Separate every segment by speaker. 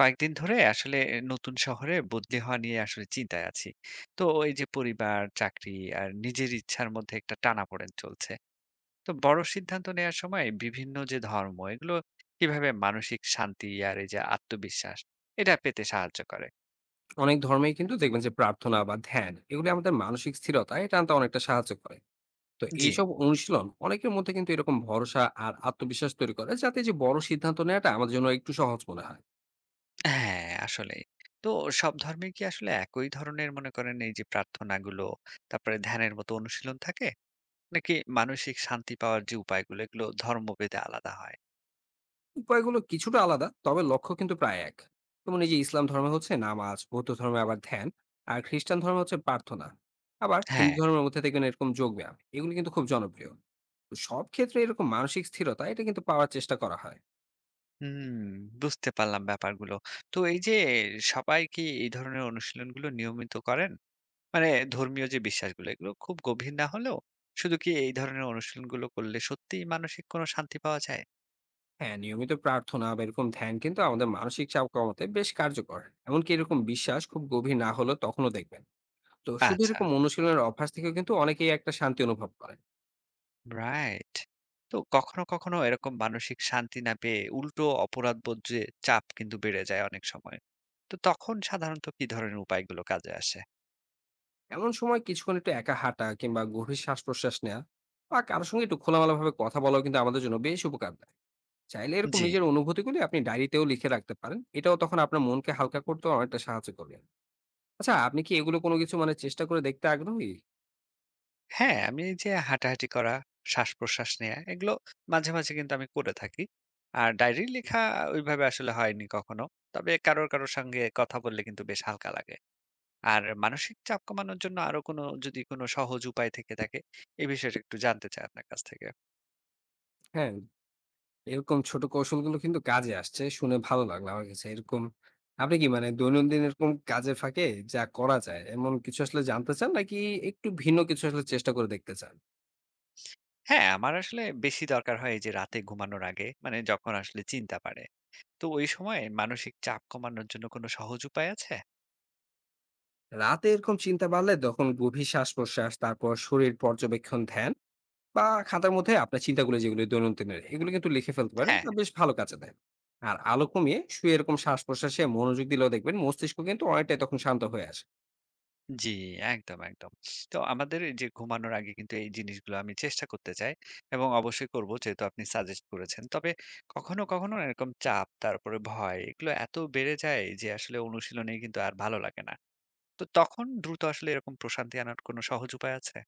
Speaker 1: কয়েকদিন ধরে আসলে নতুন শহরে বদলি হওয়া নিয়ে আসলে চিন্তায় আছি। তো এই যে পরিবার, চাকরি আর নিজের ইচ্ছার মধ্যে একটা টানাপোড়েন চলছে। তো বড় সিদ্ধান্ত নেওয়ার সময় বিভিন্ন যে ধর্ম এগুলো কিভাবে মানসিক শান্তি আর এই যে আত্মবিশ্বাস এটা পেতে সাহায্য করে?
Speaker 2: অনেক ধর্মেই কিন্তু দেখবেন যে প্রার্থনা বা ধ্যান এগুলি আমাদের মানসিক স্থিরতা এটা আনতে অনেকটা সাহায্য করে। তো
Speaker 1: জি,
Speaker 2: এইসব অনুশীলন অনেকের মধ্যে কিন্তু এরকম ভরসা আর আত্মবিশ্বাস তৈরি করে যাতে যে বড় সিদ্ধান্ত নেওয়াটা আমাদের জন্য একটু সহজ মনে হয়।
Speaker 1: হ্যাঁ আসলেই। তো সব ধর্মে কি আসলে একই ধরনের মনে করেন এই যে প্রার্থনাগুলো, তারপরে ধ্যানের মতো অনুশীলন থাকে? নাকি মানসিক শান্তি পাওয়ার যে উপায়গুলো এগুলো ধর্মভেদে আলাদা হয়?
Speaker 2: উপায়গুলো কিছুটা আলাদা, তবে লক্ষ্য কিন্তু প্রায় এক। যেমন এই যে ইসলাম ধর্মে হচ্ছে নামাজ, বৌদ্ধ ধর্মে আবার ধ্যান, আর খ্রিস্টান ধর্মে হচ্ছে প্রার্থনা। আবার
Speaker 1: হ্যাঁ।
Speaker 2: হিন্দু ধর্মের মধ্যে দেখবেন এরকম যোগ ব্যায়াম এগুলি কিন্তু খুব জনপ্রিয়। তো সব ক্ষেত্রে এরকম মানসিক স্থিরতা এটা কিন্তু পাওয়ার চেষ্টা করা হয়।
Speaker 1: হুম, বুঝতে পারলাম ব্যাপারগুলো। তো এই যে সবাই কি এই ধরনের অনুশীলনগুলো নিয়মিত করেন? মানে ধর্মীয় যে বিশ্বাসগুলো এগুলো খুব গভীর না হলেও শুধু কি এই ধরনের অনুশীলনগুলো করলে সত্যিই মানসিক কোনো শান্তি পাওয়া যায়?
Speaker 2: হ্যাঁ, নিয়মিত প্রার্থনা বা এরকম ধ্যান কিন্তু আমাদের মানসিক চাপ কমাতে বেশ কার্যকর। এমনকি এরকম বিশ্বাস খুব গভীর না হলেও তখনও দেখবেন, তো শুধু
Speaker 1: আচ্ছা,
Speaker 2: এরকম অনুশীলনের অভ্যাস থেকেও কিন্তু অনেকেই একটা শান্তি অনুভব করে।
Speaker 1: রাইট। তো কখনো এরকম মানসিক শান্তি না পেয়ে উল্টো অপরাধবোধ যে চাপ কিন্তু বেড়ে যায় অনেক সময়। তো তখন সাধারণত কি ধরনের উপায়গুলো কাজে আসে?
Speaker 2: এমন সময় কিছুক্ষণ একটু একা হাঁটা কিংবা গভীর শ্বাস প্রশ্বাস নেওয়া বা কারোর সঙ্গে একটু খোলামেলা ভাবে কথা বলাও কিন্তু আমাদের জন্য বেশ উপকার দেয়। চাইলে এরকম
Speaker 1: জি।
Speaker 2: নিজের অনুভূতিগুলি আপনি ডায়েরিতেও লিখে রাখতে পারেন, এটাও তখন আপনার মনকে হালকা করতে অনেকটা সাহায্য করবে। আচ্ছা, আপনি কি এগুলো কোনো কিছু মানে চেষ্টা করে দেখতে আগ্রহী?
Speaker 1: হ্যাঁ, আমি এই যে হাঁটাহাঁটি করা, শ্বাসপ্রশ্বাস নেয়া এগুলো মাঝে কিন্তু আমি করে থাকি। আর ডায়েরি লেখা ওইভাবে আসলে হয়নি কখনো। তবে কারো সঙ্গে কথা বললে কিন্তু বেশ হালকা লাগে। আর মানসিক চাপ কমানোর জন্য আরো কোনো যদি কোনো সহজ উপায় থেকে থাকে, এই বিষয়টা একটু জানতে চাই আপনার কাছ থেকে।
Speaker 2: হ্যাঁ, এরকম ছোট কৌশলগুলো কিন্তু কাজে আসছে। শুনে ভালো লাগলো আমার কাছে। এরকম আপনি কি মানে দৈনন্দিন এরকম কাজের ফাঁকে যা করা যায়, এমন কিছু আসলে জানতে চান? নাকি একটু ভিন্ন কিছু আসলে চেষ্টা করে দেখতে চান?
Speaker 1: হ্যাঁ, আমার আসলে বেশি দরকার হয় এই যে রাতে ঘুমানোর আগে, মানে যখন আসলে চিন্তা বাড়ে। তো ওই সময় মানসিক চাপ কমানোর জন্য কোনো সহজ উপায় আছে?
Speaker 2: রাতে এরকম চিন্তা বাড়লে তখন গভীর শ্বাস-প্রশ্বাস, তারপর শরীর পর্যবেক্ষণ ধ্যান বা খাতার মধ্যে আপনার চিন্তাগুলো যেগুলো দৈনন্দিনের, এগুলো কিন্তু লিখে ফেলতে পারেন।
Speaker 1: হ্যাঁ।
Speaker 2: এটা বেশ ভালো কাজে দেয়। আর আলো কমিয়ে শুয়ে এরকম শ্বাস-প্রশ্বাসে মনোযোগ দিলেও দেখবেন মস্তিষ্ক কিন্তু অনেকটাই তখন শান্ত হয়ে আসে।
Speaker 1: জি, একদম। তো আমাদের এই যে ঘুমানোর আগে কিন্তু এই জিনিসগুলো আমি চেষ্টা করতে চাই এবং অবশ্যই করব যেহেতু আপনি সাজেস্ট করেছেন। তবে কখনো না এরকম চাপ তারপরে ভয় এগুলো এত বেড়ে যায় যে আসলে অনুশীলনে কিন্তু আর ভালো লাগে না। তো তখন দ্রুত আসলে এরকম প্রশান্তি আনার কোনো সহজ উপায় আছে?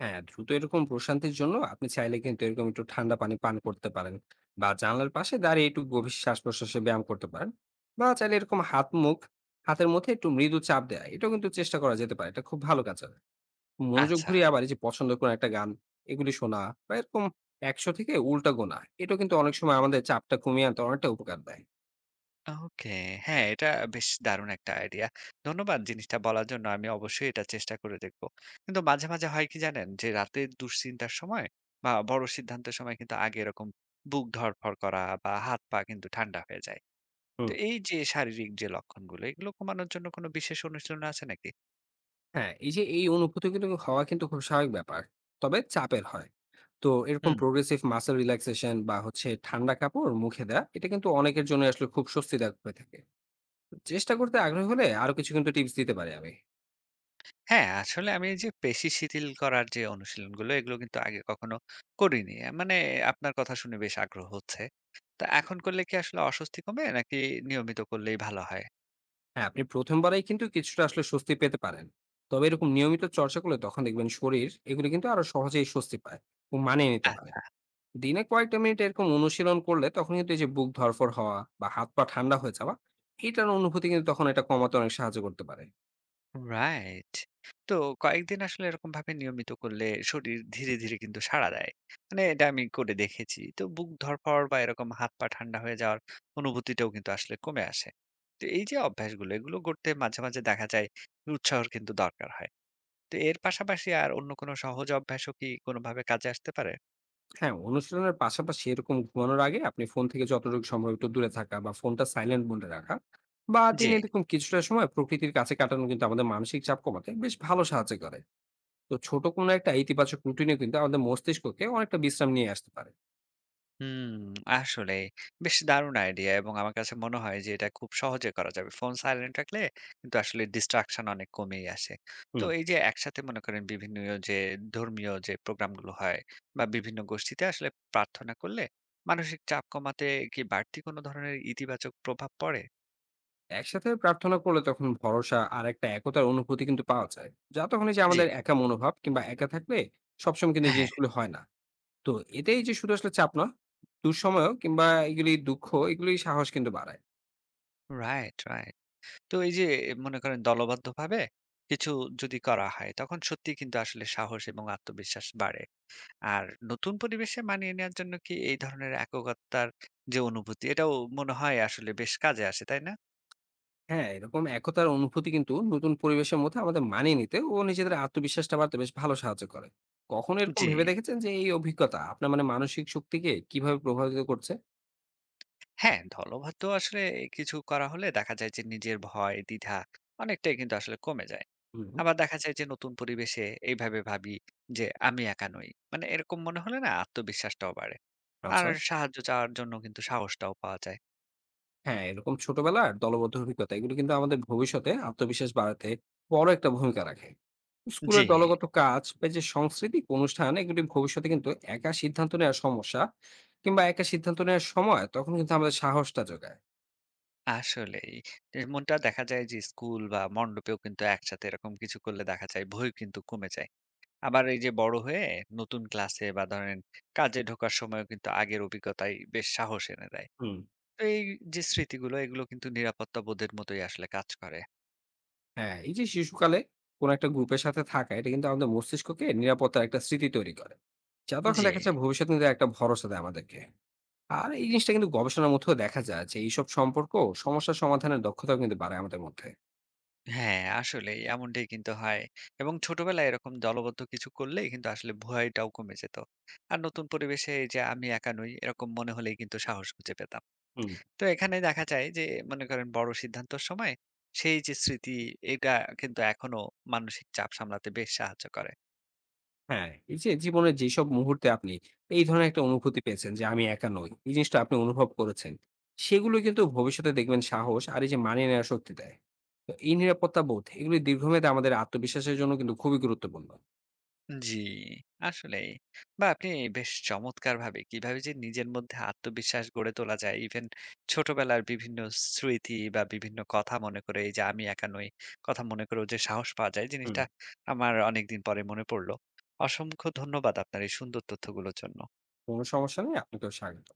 Speaker 2: হ্যাঁ, দ্রুত এরকম প্রশান্তির জন্য আপনি চাইলে কিন্তু এরকম একটু ঠান্ডা পানি পান করতে পারেন বা জানালার পাশে দাঁড়িয়ে একটু গভীর শ্বাস প্রশ্বাসে ব্যায়াম করতে পারেন। বা চাইলে এরকম হাতের মধ্যে একটু মৃদু চাপ দেয়া এটাও কিন্তু চেষ্টা করা যেতে পারে, এটা খুব ভালো কাজ হবে। মনোযোগ
Speaker 1: আচ্ছা।
Speaker 2: ঘুরিয়ে আবার এই যে পছন্দ কোনো একটা গান এগুলি শোনা বা এরকম 100 থেকে উল্টা গোনা এটা কিন্তু অনেক সময় আমাদের চাপটা কমিয়ে আনতে অনেকটা উপকার দেয়।
Speaker 1: ওকে। হ্যাঁ, এটা বেশ দারুণ একটা আইডিয়া। ধন্যবাদ জিনিসটা বলার জন্য। আমি অবশ্যই এটা চেষ্টা করে দেখব। কিন্তু মাঝে হয় কি জানেন? যে রাতের দুশ্চিন্তার সময় বা বড় সিদ্ধান্তের সময় কিন্তু আগে এরকম বুক ধড়ফড় করা বা হাত-পা কিন্তু ঠান্ডা হয়ে যায়। তো
Speaker 2: হুম।
Speaker 1: এই যে শারীরিক যে লক্ষণগুলো, এগুলো কমানোর জন্য কোনো বিশেষ অনুশীলন আছে নাকি?
Speaker 2: হ্যাঁ, এই যে এই অনুভূতি কিন্তু হওয়া কিন্তু খুব স্বাভাবিক ব্যাপার, তবে চাপের হয়। তো এরকম
Speaker 1: হুম।
Speaker 2: প্রোগ্রেসিভ মাসেল রিল্যাক্সেশন বা হচ্ছে ঠান্ডা কাপড় মুখে দেয়া এটা কিন্তু অনেকের জন্য আসলে খুব স্বস্তিদায়ক হয়ে থাকে। চেষ্টা করতে আগ্রহী হলে আরো কিছু কিন্তু টিপস দিতে পারি আমি।
Speaker 1: হ্যাঁ, আসলে আমি এই যে পেশি শিথিল করার যে অনুশীলনগুলো, এগুলো কিন্তু আগে কখনো করিনি। মানে আপনার কথা শুনে বেশ আগ্রহ হচ্ছে। তা এখন করলে কি আসলে অস্বস্তি কমে নাকি নিয়মিত করলেই ভালো হয়?
Speaker 2: হ্যাঁ, আপনি প্রথমবারেই কিন্তু কিছুটা আসলে স্বস্তি পেতে পারেন, তবে এরকম নিয়মিত চর্চা করলে তখন দেখবেন শরীর এগুলো কিন্তু আরো সহজেই স্বস্তি পায় ও মানিয়ে নিতে পারে।
Speaker 1: আচ্ছা।
Speaker 2: দিনে কয়েকটা মিনিট এরকম অনুশীলন করলে তখন কিন্তু এই যে বুক ধরফর হওয়া বা হাত পা ঠান্ডা হয়ে যাওয়া, এটার অনুভূতি কিন্তু তখন এটা কমাতে অনেক সাহায্য করতে পারে।
Speaker 1: রাইট। তো কয়েকদিন আসলে এরকমভাবে নিয়মিত করলে শরীর ধীরে কিন্তু সাড়া দেয়। মানে এটা আমি করে দেখেছি। তো বুক ধড়ফড় বা এরকম হাত-পা ঠান্ডা হয়ে যাওয়ার অনুভূতিটাও কিন্তু আসলে কমে আসে। তো এই যে অভ্যাসগুলো, এগুলো করতে মাঝে দেখা যায় উৎসাহর কিন্তু দরকার হয়। তো এর পাশাপাশি আর অন্য কোনো সহজ অভ্যাসও কি কোনোভাবে কাজে আসতে পারে?
Speaker 2: হ্যাঁ, অনুশীলনের পাশাপাশি এরকম ঘুমানোর আগে আপনি ফোন থেকে যতটুকু সম্ভব একটু দূরে থাকা বা ফোনটা সাইলেন্ট মোডে রাখা বা
Speaker 1: জি।
Speaker 2: দিনে এরকম কিছুটা সময় প্রকৃতির কাছে কাটানো কিন্তু আমাদের মানসিক চাপ কমাতে বেশ ভালো সাহায্য করে। তো ছোট কোনো একটা ইতিবাচক রুটিনে কিন্তু আমাদের মস্তিষ্ককে অনেকটা বিশ্রাম নিয়ে আসতে পারে।
Speaker 1: হুম, আসলেই বেশ দারুণ আইডিয়া এবং আমার কাছে মনে হয় যে এটা খুব সহজে করা যাবে। ফোন সাইলেন্ট রাখলে কিন্তু আসলে ডিস্ট্রাকশন অনেক কমেই আসে। তো
Speaker 2: হুম।
Speaker 1: এই যে একসাথে মনে করেন বিভিন্ন যে ধর্মীয় যে প্রোগ্রামগুলো হয় বা বিভিন্ন গোষ্ঠীতে আসলে প্রার্থনা করলে মানসিক চাপ কমাতে কি বাড়তি কোনো ধরনের ইতিবাচক প্রভাব পড়ে?
Speaker 2: একসাথে প্রার্থনা করলে তখন ভরসা আর একটা একতার অনুভূতি কিন্তু পাওয়া যায়, যা তখন এই যে
Speaker 1: জি।
Speaker 2: আমাদের একা মনোভাব কিংবা একা থাকলে সবসময় কিন্তু এই
Speaker 1: হ্যাঁ,
Speaker 2: জিনিসগুলো হয় না। তো এতেই যে শুধু আসলে চাপ না, দুঃসময় কিংবা এগুলি দুঃখ এগুলি সাহস কিন্তু বাড়ায়।
Speaker 1: রাইট। তো এই যে মনে করেন দলবদ্ধভাবে কিছু যদি করা হয় তখন সত্যি কিন্তু আসলে সাহস এবং আত্মবিশ্বাস বাড়ে। আর নতুন পরিবেশে মানিয়ে নেওয়ার জন্য কি এই ধরনের একগত্তার যে অনুভূতি এটাও মনে হয় আসলে বেশ কাজে আসে, তাই না?
Speaker 2: হ্যাঁ, এরকম একতার অনুভূতি কিন্তু নতুন পরিবেশের মধ্যে আমাদের মানিয়ে নিতে ও নিজেদের আত্মবিশ্বাসটা বাড়তে বেশ ভালো সাহায্য করে। কখনো এরকম
Speaker 1: জি।
Speaker 2: ভেবে দেখেছেন যে এই অভিজ্ঞতা আপনার মানে মানসিক শক্তিকে কিভাবে প্রভাবিত করছে?
Speaker 1: হ্যাঁ, দলবদ্ধ আসলে কিছু করা হলে দেখা যায় যে নিজের ভয়, দ্বিধা অনেকটাই কিন্তু আসলে কমে যায়।
Speaker 2: হুম,
Speaker 1: আবার দেখা যায় যে নতুন পরিবেশে এইভাবে ভাবি যে আমি একা নই। মানে এরকম মনে হলে না আত্মবিশ্বাসটাও বাড়ে। আর
Speaker 2: আচ্ছা।
Speaker 1: সাহায্য চাওয়ার জন্য কিন্তু সাহসটাও পাওয়া যায়।
Speaker 2: হ্যাঁ, এরকম ছোটবেলার দলবদ্ধ অভিজ্ঞতা এগুলো কিন্তু আমাদের ভবিষ্যতে আত্মবিশ্বাস বাড়াতে বড় একটা ভূমিকা রাখে।
Speaker 1: জি,
Speaker 2: স্কুলের দলগত কাজ বা যে সাংস্কৃতিক অনুষ্ঠান এগুলি ভবিষ্যতে কিন্তু একা সিদ্ধান্ত নেওয়ার সমস্যা কিংবা একা সিদ্ধান্ত নেওয়ার সময় তখন কিন্তু আমাদের সাহসটা জোগায়।
Speaker 1: আসলেই। এমনটা দেখা যায় যে স্কুল বা মণ্ডপেও কিন্তু একসাথে এরকম কিছু করলে দেখা যায় ভয় কিন্তু কমে যায়। আবার এই যে বড় হয়ে নতুন ক্লাসে বা ধরেন কাজে ঢোকার সময়ও কিন্তু আগের অভিজ্ঞতাই বেশ সাহস এনে দেয়।
Speaker 2: হুম।
Speaker 1: তো এই যে স্মৃতিগুলো এগুলো কিন্তু নিরাপত্তা বোধের মতোই আসলে কাজ করে।
Speaker 2: হ্যাঁ, এই যে শিশুকালে কোন একটা গ্রুপের সাথে থাকা, এটা কিন্তু আমাদের মস্তিষ্ককে নিরাপত্তার একটা স্মৃতি তৈরি করে, যা তখন
Speaker 1: জি।
Speaker 2: দেখা যায় ভবিষ্যতে কিন্তু একটা ভরসা দেয় আমাদেরকে। আর এই জিনিসটা কিন্তু গবেষণার মধ্যেও দেখা যায় যে এইসব সম্পর্ক সমস্যা সমাধানের দক্ষতাও কিন্তু বাড়ায় আমাদের মধ্যে।
Speaker 1: হ্যাঁ, আসলেই এমনটাই কিন্তু হয়। এবং ছোটবেলায় এরকম দলবদ্ধ কিছু করলেই কিন্তু আসলে ভয়টাও কমে যেত। আর নতুন পরিবেশে এই যে আমি একা নই এরকম মনে হলেই কিন্তু সাহস খুঁজে পেতাম।
Speaker 2: হুম।
Speaker 1: তো এখানে দেখা যায় যে মনে করেন বড় সিদ্ধান্তর সময় সেই যে স্মৃতি এটা কিন্তু এখনো মানসিক চাপ সামলাতে বেশ সাহায্য করে।
Speaker 2: হ্যাঁ, এই যে জীবনের যেসব মুহূর্তে আপনি এই ধরনের একটা অনুভূতি পেয়েছেন যে আমি একা নই, এই জিনিসটা আপনি অনুভব করেছেন, সেগুলো কিন্তু ভবিষ্যতে দেখবেন সাহস আর এই যে মানিয়ে নেওয়ার শক্তি দেয়। তো এই নিরাপত্তা বোধ এগুলি দীর্ঘমেয়াদে আমাদের আত্মবিশ্বাসের জন্য কিন্তু খুবই গুরুত্বপূর্ণ।
Speaker 1: জি, আসলেই। বা আপনি বেশ চমৎকার ভাবে কিভাবে যে নিজের মধ্যে আত্মবিশ্বাস গড়ে তোলা যায় ইভেন ছোটবেলার বিভিন্ন স্মৃতি বা বিভিন্ন কথা মনে করে এই যে আমি একা নই কথা মনে করেও যে সাহস পাওয়া যায়
Speaker 2: হুম।
Speaker 1: জিনিসটা আমার অনেকদিন পরে মনে পড়লো। অসংখ্য ধন্যবাদ আপনার এই সুন্দর তথ্যগুলোর জন্য।
Speaker 2: কোনো সমস্যা নেই। আপনাকেও স্বাগত।